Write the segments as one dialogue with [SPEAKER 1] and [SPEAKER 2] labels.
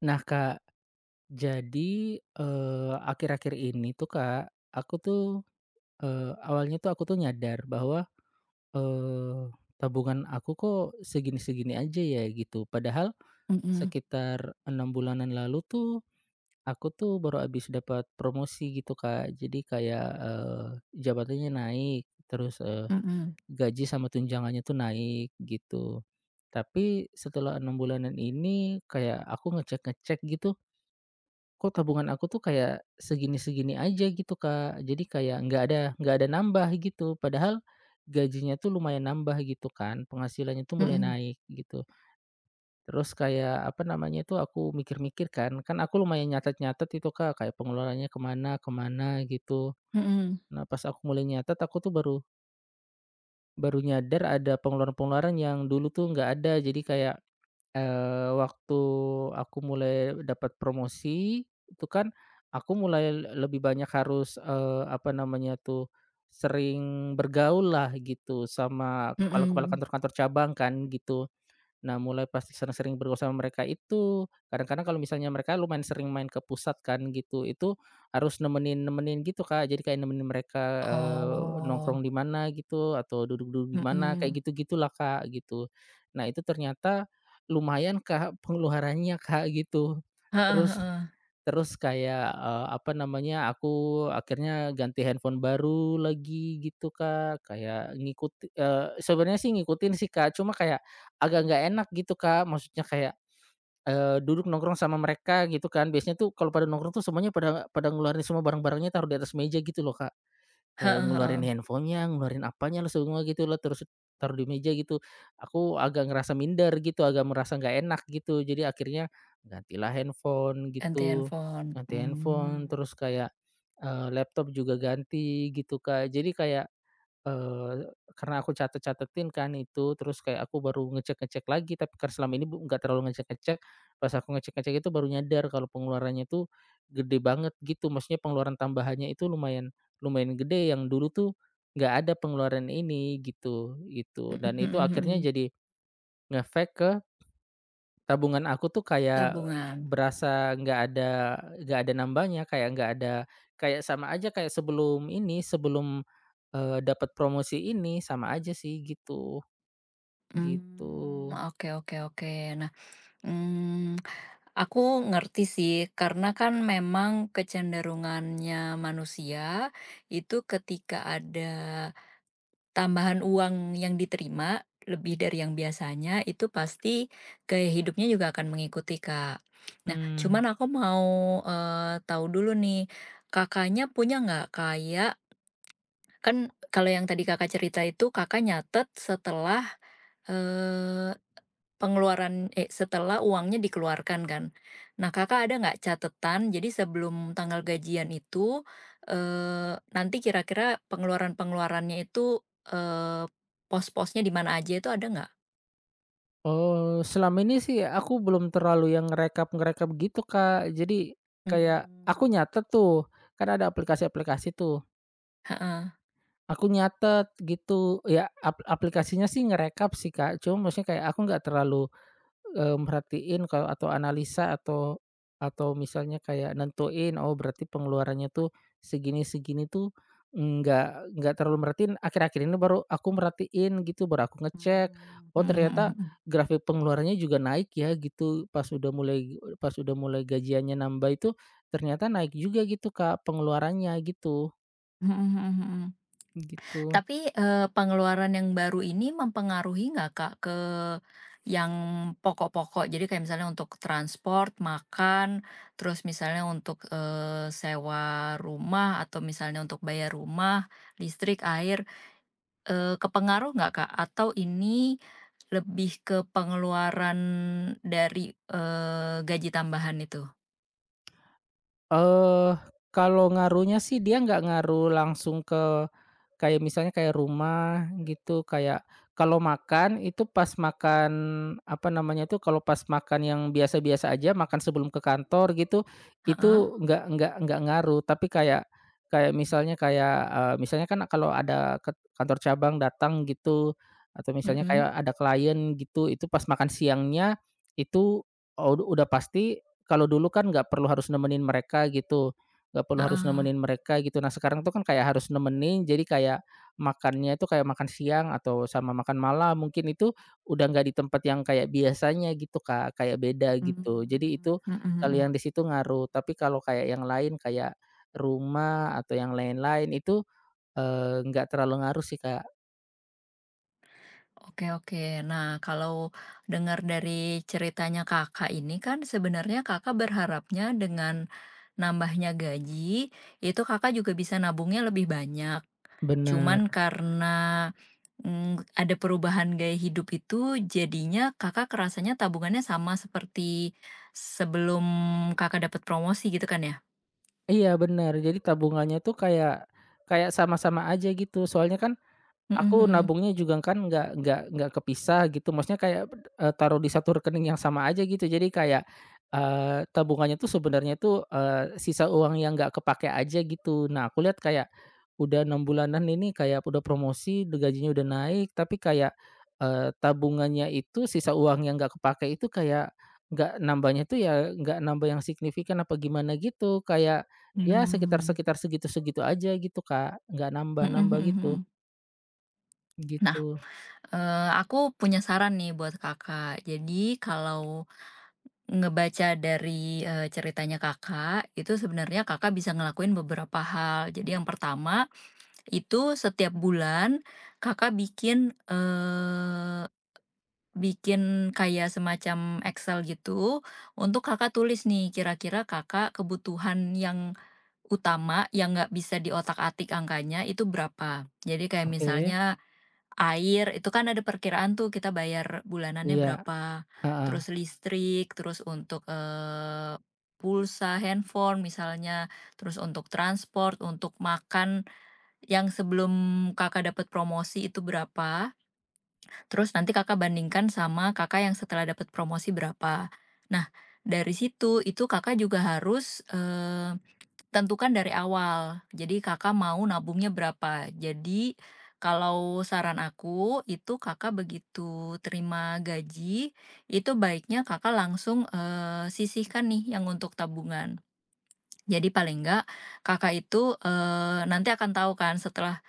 [SPEAKER 1] Nah Kak, jadi, akhir-akhir ini tuh Kak, aku tuh, awalnya tuh aku tuh nyadar bahwa, eee, tabungan aku kok segini-segini aja ya gitu. Padahal
[SPEAKER 2] Mhm
[SPEAKER 1] sekitar 6 bulanan lalu tuh, aku tuh baru habis dapat promosi gitu Kak. Jadi kayak, jabatannya naik, terus,
[SPEAKER 2] mhm
[SPEAKER 1] gaji sama tunjangannya tuh naik gitu. Tapi setelah 6 bulanan ini kayak aku ngecek-ngecek gitu, kok tabungan aku tuh kayak segini-segini aja gitu, Kak. Jadi kayak nggak ada nambah gitu. Padahal gajinya tuh lumayan nambah gitu kan, penghasilannya tuh mulai
[SPEAKER 2] mhm
[SPEAKER 1] naik gitu. Terus kayak apa namanya tuh aku mikir-mikir kan, kan aku lumayan nyatet-nyatet itu, Kak, kayak pengeluarannya kemana kemana gitu.
[SPEAKER 2] mhm
[SPEAKER 1] Nah, pas aku mulai nyatet aku tuh baru baru nyadar ada pengeluaran-pengeluaran yang dulu tuh nggak ada. Jadi kayak waktu aku mulai dapat promosi, itu kan aku mulai lebih banyak harus, apa namanya tuh, sering bergaul lah gitu sama kepala-kepala
[SPEAKER 2] mhm.
[SPEAKER 1] kantor-kantor cabang kan gitu. Nah, mulai pasti sering-sering bergaul sama mereka itu, kadang-kadang kalau misalnya mereka lumayan sering main ke pusat kan gitu, itu harus nemenin-nemenin gitu, Kak. Jadi kayak nemenin mereka,
[SPEAKER 2] Oh,
[SPEAKER 1] nongkrong di mana gitu, atau duduk-duduk di mana,
[SPEAKER 2] mhm.
[SPEAKER 1] kayak gitu-gitulah, Kak, gitu. Nah, itu ternyata lumayan, Kak, pengeluarannya, Kak, gitu.
[SPEAKER 2] Heeh
[SPEAKER 1] Terus
[SPEAKER 2] heeh.
[SPEAKER 1] Terus kayak, apa namanya, aku akhirnya ganti handphone baru lagi gitu, Kak, kayak ngikuti sebenarnya sih ngikutin sih, Kak, cuma kayak agak nggak enak gitu, Kak, maksudnya kayak, duduk nongkrong sama mereka gitu kan, biasanya tuh kalau pada nongkrong tuh semuanya pada pada ngeluarin semua barang-barangnya taruh di atas meja gitu loh, Kak. Kayak
[SPEAKER 2] Heeh heeh.
[SPEAKER 1] ngeluarin handphonenya, ngeluarin apanya lah semua gitu lah, terus taruh di meja gitu. Aku agak ngerasa minder gitu, agak merasa nggak enak gitu. Jadi akhirnya gantilah handphone
[SPEAKER 2] Ganti
[SPEAKER 1] gitu,
[SPEAKER 2] handphone.
[SPEAKER 1] ganti handphone
[SPEAKER 2] Mmm.
[SPEAKER 1] terus kayak, laptop juga ganti gitu, Kak. Jadi kayak Eee, karena aku catet-catetin kan itu, terus kayak aku baru ngecek-ngecek lagi, tapi karena selama ini nggak terlalu ngecek-ngecek, pas aku ngecek-ngecek itu baru nyadar kalau pengeluarannya tuh gede banget gitu, maksudnya pengeluaran tambahannya itu lumayan lumayan gede, yang dulu tuh nggak ada pengeluaran ini gitu gitu, dan
[SPEAKER 2] Mhm
[SPEAKER 1] itu
[SPEAKER 2] mhm
[SPEAKER 1] akhirnya
[SPEAKER 2] mhm.
[SPEAKER 1] jadi ngefek ke tabungan aku tuh kayak
[SPEAKER 2] Tabungan.
[SPEAKER 1] berasa nggak ada nambahnya, kayak nggak ada kayak sama aja kayak sebelum ini, sebelum, dapat promosi ini, sama aja sih gitu, gitu.
[SPEAKER 2] Mmm, oke oke oke. Nah, mmm, aku ngerti sih karena kan memang kecenderungannya manusia itu ketika ada tambahan uang yang diterima, lebih dari yang biasanya, itu pasti gaya hidupnya juga akan mengikuti, Kak. Nah,
[SPEAKER 1] Hmm.
[SPEAKER 2] cuman aku mau, tahu dulu nih, Kakaknya punya nggak kayak kan kalau yang tadi Kakak cerita itu Kakak nyatet setelah uangnya dikeluarkan kan. Nah, Kakak ada nggak catatan? Jadi sebelum tanggal gajian itu, nanti kira-kira pengeluaran-pengeluarannya itu, eee, pos-posnya di mana aja itu ada nggak?
[SPEAKER 1] Oh, selama ini sih aku belum terlalu yang ngerekap-ngerekap gitu, Kak. Jadi kayak aku
[SPEAKER 2] Mmm.
[SPEAKER 1] nyatet tuh, kan ada aplikasi-aplikasi tuh,
[SPEAKER 2] Heeh.
[SPEAKER 1] aku nyatet gitu, ya aplikasinya sih ngerekap sih, Kak, cuma maksudnya kayak aku nggak terlalu merhatiin kalau atau analisa atau misalnya kayak nentuin, oh berarti pengeluarannya tuh segini-segini tuh nggak terlalu merhatiin, akhir-akhir ini baru aku merhatiin gitu, baru aku ngecek, oh
[SPEAKER 2] Mhm
[SPEAKER 1] ternyata
[SPEAKER 2] mhm mhm.
[SPEAKER 1] grafik pengeluarannya juga naik ya gitu, pas udah mulai gajiannya nambah itu ternyata naik juga gitu Kak, pengeluarannya gitu,
[SPEAKER 2] Mhm mhm mhm.
[SPEAKER 1] gitu.
[SPEAKER 2] Tapi, pengeluaran yang baru ini mempengaruhi nggak, Kak, ke yang pokok-pokok? Jadi kayak misalnya untuk transport, makan, terus misalnya untuk, sewa rumah atau misalnya untuk bayar rumah, listrik, air, kepengaruh nggak, Kak? Atau ini lebih ke pengeluaran dari, gaji tambahan itu?
[SPEAKER 1] Eh kalau ngaruhnya sih dia nggak ngaruh langsung ke kayak misalnya kayak rumah gitu, kayak kalau makan itu pas makan, apa namanya tuh, kalau pas makan yang biasa-biasa aja, makan sebelum ke kantor gitu,
[SPEAKER 2] Heeh,
[SPEAKER 1] itu nggak ngaruh. Tapi kayak kayak misalnya kayak, misalnya kan kalau ada ke kantor cabang datang gitu, atau misalnya
[SPEAKER 2] mhm,
[SPEAKER 1] kayak ada klien gitu, itu pas makan siangnya itu, udah pasti kalau dulu kan nggak perlu harus nemenin mereka gitu. Nggak perlu harus
[SPEAKER 2] heeh.
[SPEAKER 1] nemenin mereka gitu. Nah, sekarang tuh kan kayak harus nemenin, jadi kayak makannya itu kayak makan siang atau sama makan malam mungkin itu udah nggak di tempat yang kayak biasanya gitu, Kak, kayak beda gitu. Jadi
[SPEAKER 2] Mmm,
[SPEAKER 1] itu
[SPEAKER 2] mhm
[SPEAKER 1] kalau
[SPEAKER 2] mhm.
[SPEAKER 1] yang di situ ngaruh, tapi kalau kayak yang lain kayak rumah atau yang lain-lain itu, nggak terlalu ngaruh sih, Kak.
[SPEAKER 2] Oke oke. Nah, kalau dengar dari ceritanya Kakak ini kan sebenarnya Kakak berharapnya dengan nambahnya gaji, itu Kakak juga bisa nabungnya lebih banyak. Cuman
[SPEAKER 1] Bener.
[SPEAKER 2] karena, ada perubahan gaya hidup itu jadinya Kakak kerasanya tabungannya sama seperti sebelum Kakak dapat promosi gitu kan ya?
[SPEAKER 1] Iya bener, jadi tabungannya tuh kayak kayak sama-sama aja gitu, soalnya kan
[SPEAKER 2] Mhm
[SPEAKER 1] aku
[SPEAKER 2] mhm.
[SPEAKER 1] nabungnya juga kan nggak kepisah gitu, maksudnya kayak, taruh di satu rekening yang sama aja gitu. Jadi kayak, tabungannya tuh sebenarnya tuh, sisa uang yang nggak kepake aja gitu. Nah, aku lihat kayak udah 6 bulanan ini kayak udah promosi, udah gajinya udah naik, tapi kayak, tabungannya itu sisa uang yang nggak kepake itu kayak nggak nambahnya tuh ya nggak nambah yang signifikan apa gimana gitu, kayak
[SPEAKER 2] Iya.
[SPEAKER 1] ya sekitar
[SPEAKER 2] Mmm.
[SPEAKER 1] sekitar segitu-segitu aja gitu, Kak, nggak
[SPEAKER 2] Mhm mhm
[SPEAKER 1] nambah-nambah gitu,
[SPEAKER 2] mhm. Nah,
[SPEAKER 1] gitu.
[SPEAKER 2] aku punya saran nih buat Kakak. Jadi kalau ngebaca dari, ceritanya Kakak, itu sebenarnya Kakak bisa ngelakuin beberapa hal. Jadi yang pertama, itu setiap bulan Kakak bikin kayak semacam Excel gitu, untuk Kakak tulis nih, kira-kira Kakak kebutuhan yang utama, yang nggak bisa diotak atik angkanya, itu berapa. Jadi kayak
[SPEAKER 1] Oke,
[SPEAKER 2] misalnya air, itu kan ada perkiraan tuh kita bayar bulanannya
[SPEAKER 1] iya,
[SPEAKER 2] berapa,
[SPEAKER 1] heeh.
[SPEAKER 2] terus listrik, terus untuk, pulsa handphone misalnya, terus untuk transport, untuk makan yang sebelum Kakak dapat promosi itu berapa, terus nanti Kakak bandingkan sama Kakak yang setelah dapat promosi berapa. Nah, dari situ itu Kakak juga harus, tentukan dari awal. Jadi Kakak mau nabungnya berapa. Jadi kalau saran aku itu Kakak begitu terima gaji, itu baiknya Kakak langsung, sisihkan nih yang untuk tabungan. Jadi paling enggak Kakak itu, nanti akan tahu kan setelah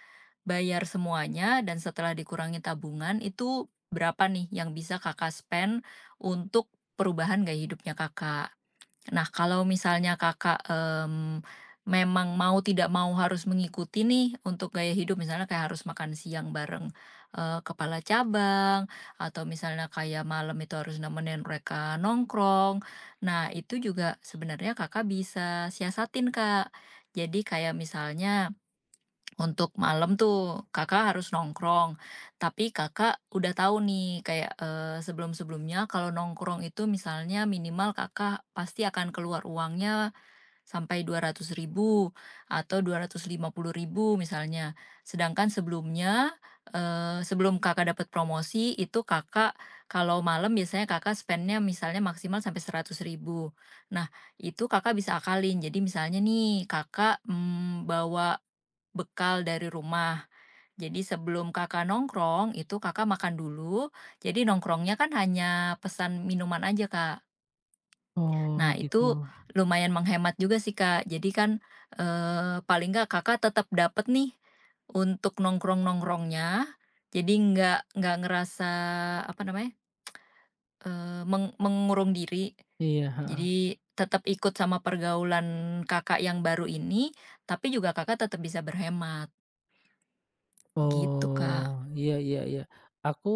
[SPEAKER 2] bayar semuanya dan setelah dikurangi tabungan itu berapa nih yang bisa Kakak spend untuk perubahan gaya hidupnya Kakak. Nah, kalau misalnya Kakak, memang mau tidak mau harus mengikuti nih untuk gaya hidup misalnya kayak harus makan siang bareng, kepala cabang atau misalnya kayak malam itu harus nemenin mereka nongkrong. Nah, itu juga sebenarnya Kakak bisa siasatin, Kak. Jadi kayak misalnya untuk malam tuh Kakak harus nongkrong, tapi Kakak udah tahu nih kayak, sebelum-sebelumnya kalau nongkrong itu misalnya minimal Kakak pasti akan keluar uangnya sampai 200 ribu atau 250 ribu misalnya. Sedangkan sebelumnya, sebelum Kakak dapat promosi itu Kakak kalau malam biasanya Kakak spendnya misalnya maksimal sampai 100 ribu. Nah, itu Kakak bisa akalin. Jadi misalnya nih Kakak, bawa bekal dari rumah. Jadi sebelum Kakak nongkrong, itu Kakak makan dulu, jadi nongkrongnya kan hanya pesan minuman aja, Kak. Nah,
[SPEAKER 1] Oh, gitu.
[SPEAKER 2] itu lumayan menghemat juga sih, Kak. Jadi kan, paling nggak Kakak tetap dapat nih untuk nongkrong-nongkrongnya, jadi nggak ngerasa, apa namanya, mengurung diri.
[SPEAKER 1] Iya, heeh.
[SPEAKER 2] Jadi tetap ikut sama pergaulan Kakak yang baru ini, tapi juga Kakak tetap bisa berhemat, gitu,
[SPEAKER 1] Oh,
[SPEAKER 2] Kak.
[SPEAKER 1] iya iya iya. Aku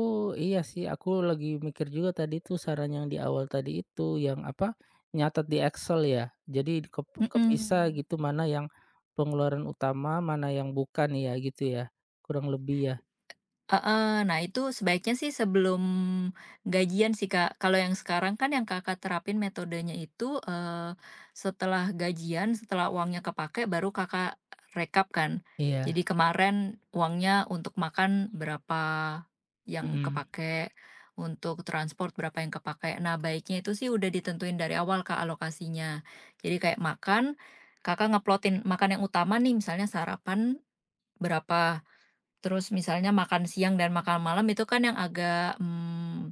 [SPEAKER 1] iya sih, aku lagi mikir juga tadi tuh saran yang di awal tadi itu, yang apa, nyatat di Excel ya. Jadi kepisah
[SPEAKER 2] Mhm,
[SPEAKER 1] gitu, mana yang pengeluaran utama, mana yang bukan ya, gitu ya, kurang lebih ya?
[SPEAKER 2] heeh. Nah, itu sebaiknya sih sebelum gajian sih, Kak. Kalau yang sekarang kan yang Kakak terapin metodenya itu, setelah gajian, setelah uangnya kepakai baru Kakak rekap kan. Jadi
[SPEAKER 1] Iya,
[SPEAKER 2] kemarin uangnya untuk makan berapa yang
[SPEAKER 1] mhm,
[SPEAKER 2] kepakai, untuk transport berapa yang kepakai. Nah, baiknya itu sih udah ditentuin dari awal, Kak, alokasinya. Jadi kayak makan, Kakak ngeplotin makan yang utama nih misalnya sarapan berapa. Terus misalnya makan siang dan makan malam itu kan yang agak,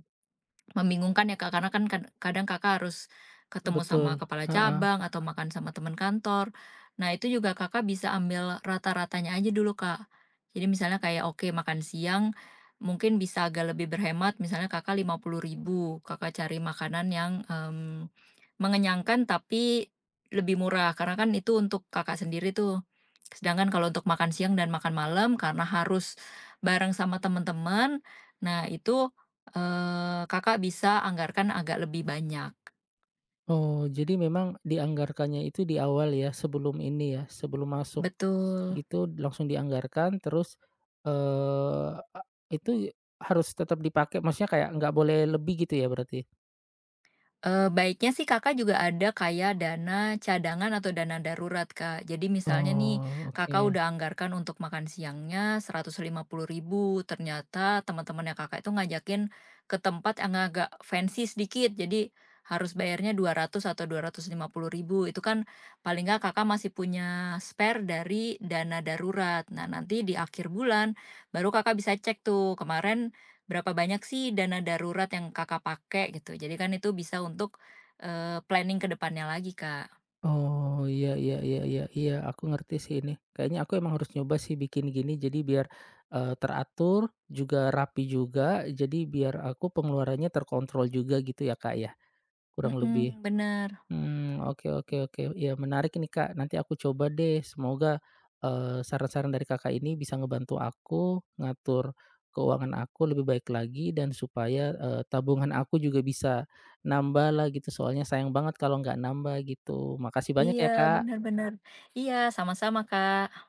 [SPEAKER 2] membingungkan ya, Kak, karena kan kadang Kakak harus ketemu
[SPEAKER 1] betul,
[SPEAKER 2] sama kepala
[SPEAKER 1] heeh.
[SPEAKER 2] cabang atau makan sama teman kantor. Nah, itu juga Kakak bisa ambil rata-ratanya aja dulu, Kak. Jadi misalnya kayak, oke, makan siang mungkin bisa agak lebih berhemat, misalnya Kakak 50 ribu Kakak cari makanan yang, mengenyangkan tapi lebih murah, karena kan itu untuk Kakak sendiri tuh. Sedangkan kalau untuk makan siang dan makan malam karena harus bareng sama teman-teman, nah itu Kakak bisa anggarkan agak lebih banyak.
[SPEAKER 1] Oh, jadi memang dianggarkannya itu di awal ya, sebelum ini ya, sebelum masuk?
[SPEAKER 2] Betul.
[SPEAKER 1] Gitu langsung dianggarkan terus, eee, a itu harus tetap dipakai maksudnya kayak nggak boleh lebih gitu ya berarti?
[SPEAKER 2] Eee, baiknya sih Kakak juga ada kayak dana cadangan atau dana darurat, Kak. Jadi misalnya nih,
[SPEAKER 1] Oh oke.
[SPEAKER 2] Kakak udah anggarkan untuk makan siangnya 150 ribu, ternyata teman-temannya Kakak itu ngajakin ke tempat yang agak fancy sedikit, jadi harus bayarnya 200 atau 250 ribu. Itu kan paling nggak Kakak masih punya spare dari dana darurat. Nah, nanti di akhir bulan baru Kakak bisa cek tuh, kemarin berapa banyak sih dana darurat yang Kakak pakai gitu? Jadi kan itu bisa untuk, planning ke depannya lagi, Kak.
[SPEAKER 1] Oh iya iya iya iya iya aku ngerti sih ini. Kayaknya aku emang harus nyoba sih bikin gini jadi biar, teratur, juga rapi juga, jadi biar aku pengeluarannya terkontrol juga gitu ya, Kak, ya? Kurang lebih.
[SPEAKER 2] Mhm, bener.
[SPEAKER 1] Hmm oke oke oke. Iya menarik ini Kak, nanti aku coba deh. Semoga, saran-saran dari Kakak ini bisa ngebantu aku ngatur keuangan aku lebih baik lagi dan supaya, tabungan aku juga bisa nambah lah gitu, soalnya sayang banget kalau nggak nambah gitu. Makasih banyak
[SPEAKER 2] Iya,
[SPEAKER 1] ya
[SPEAKER 2] bener
[SPEAKER 1] Kak.
[SPEAKER 2] bener. Iya, sama-sama, Kak.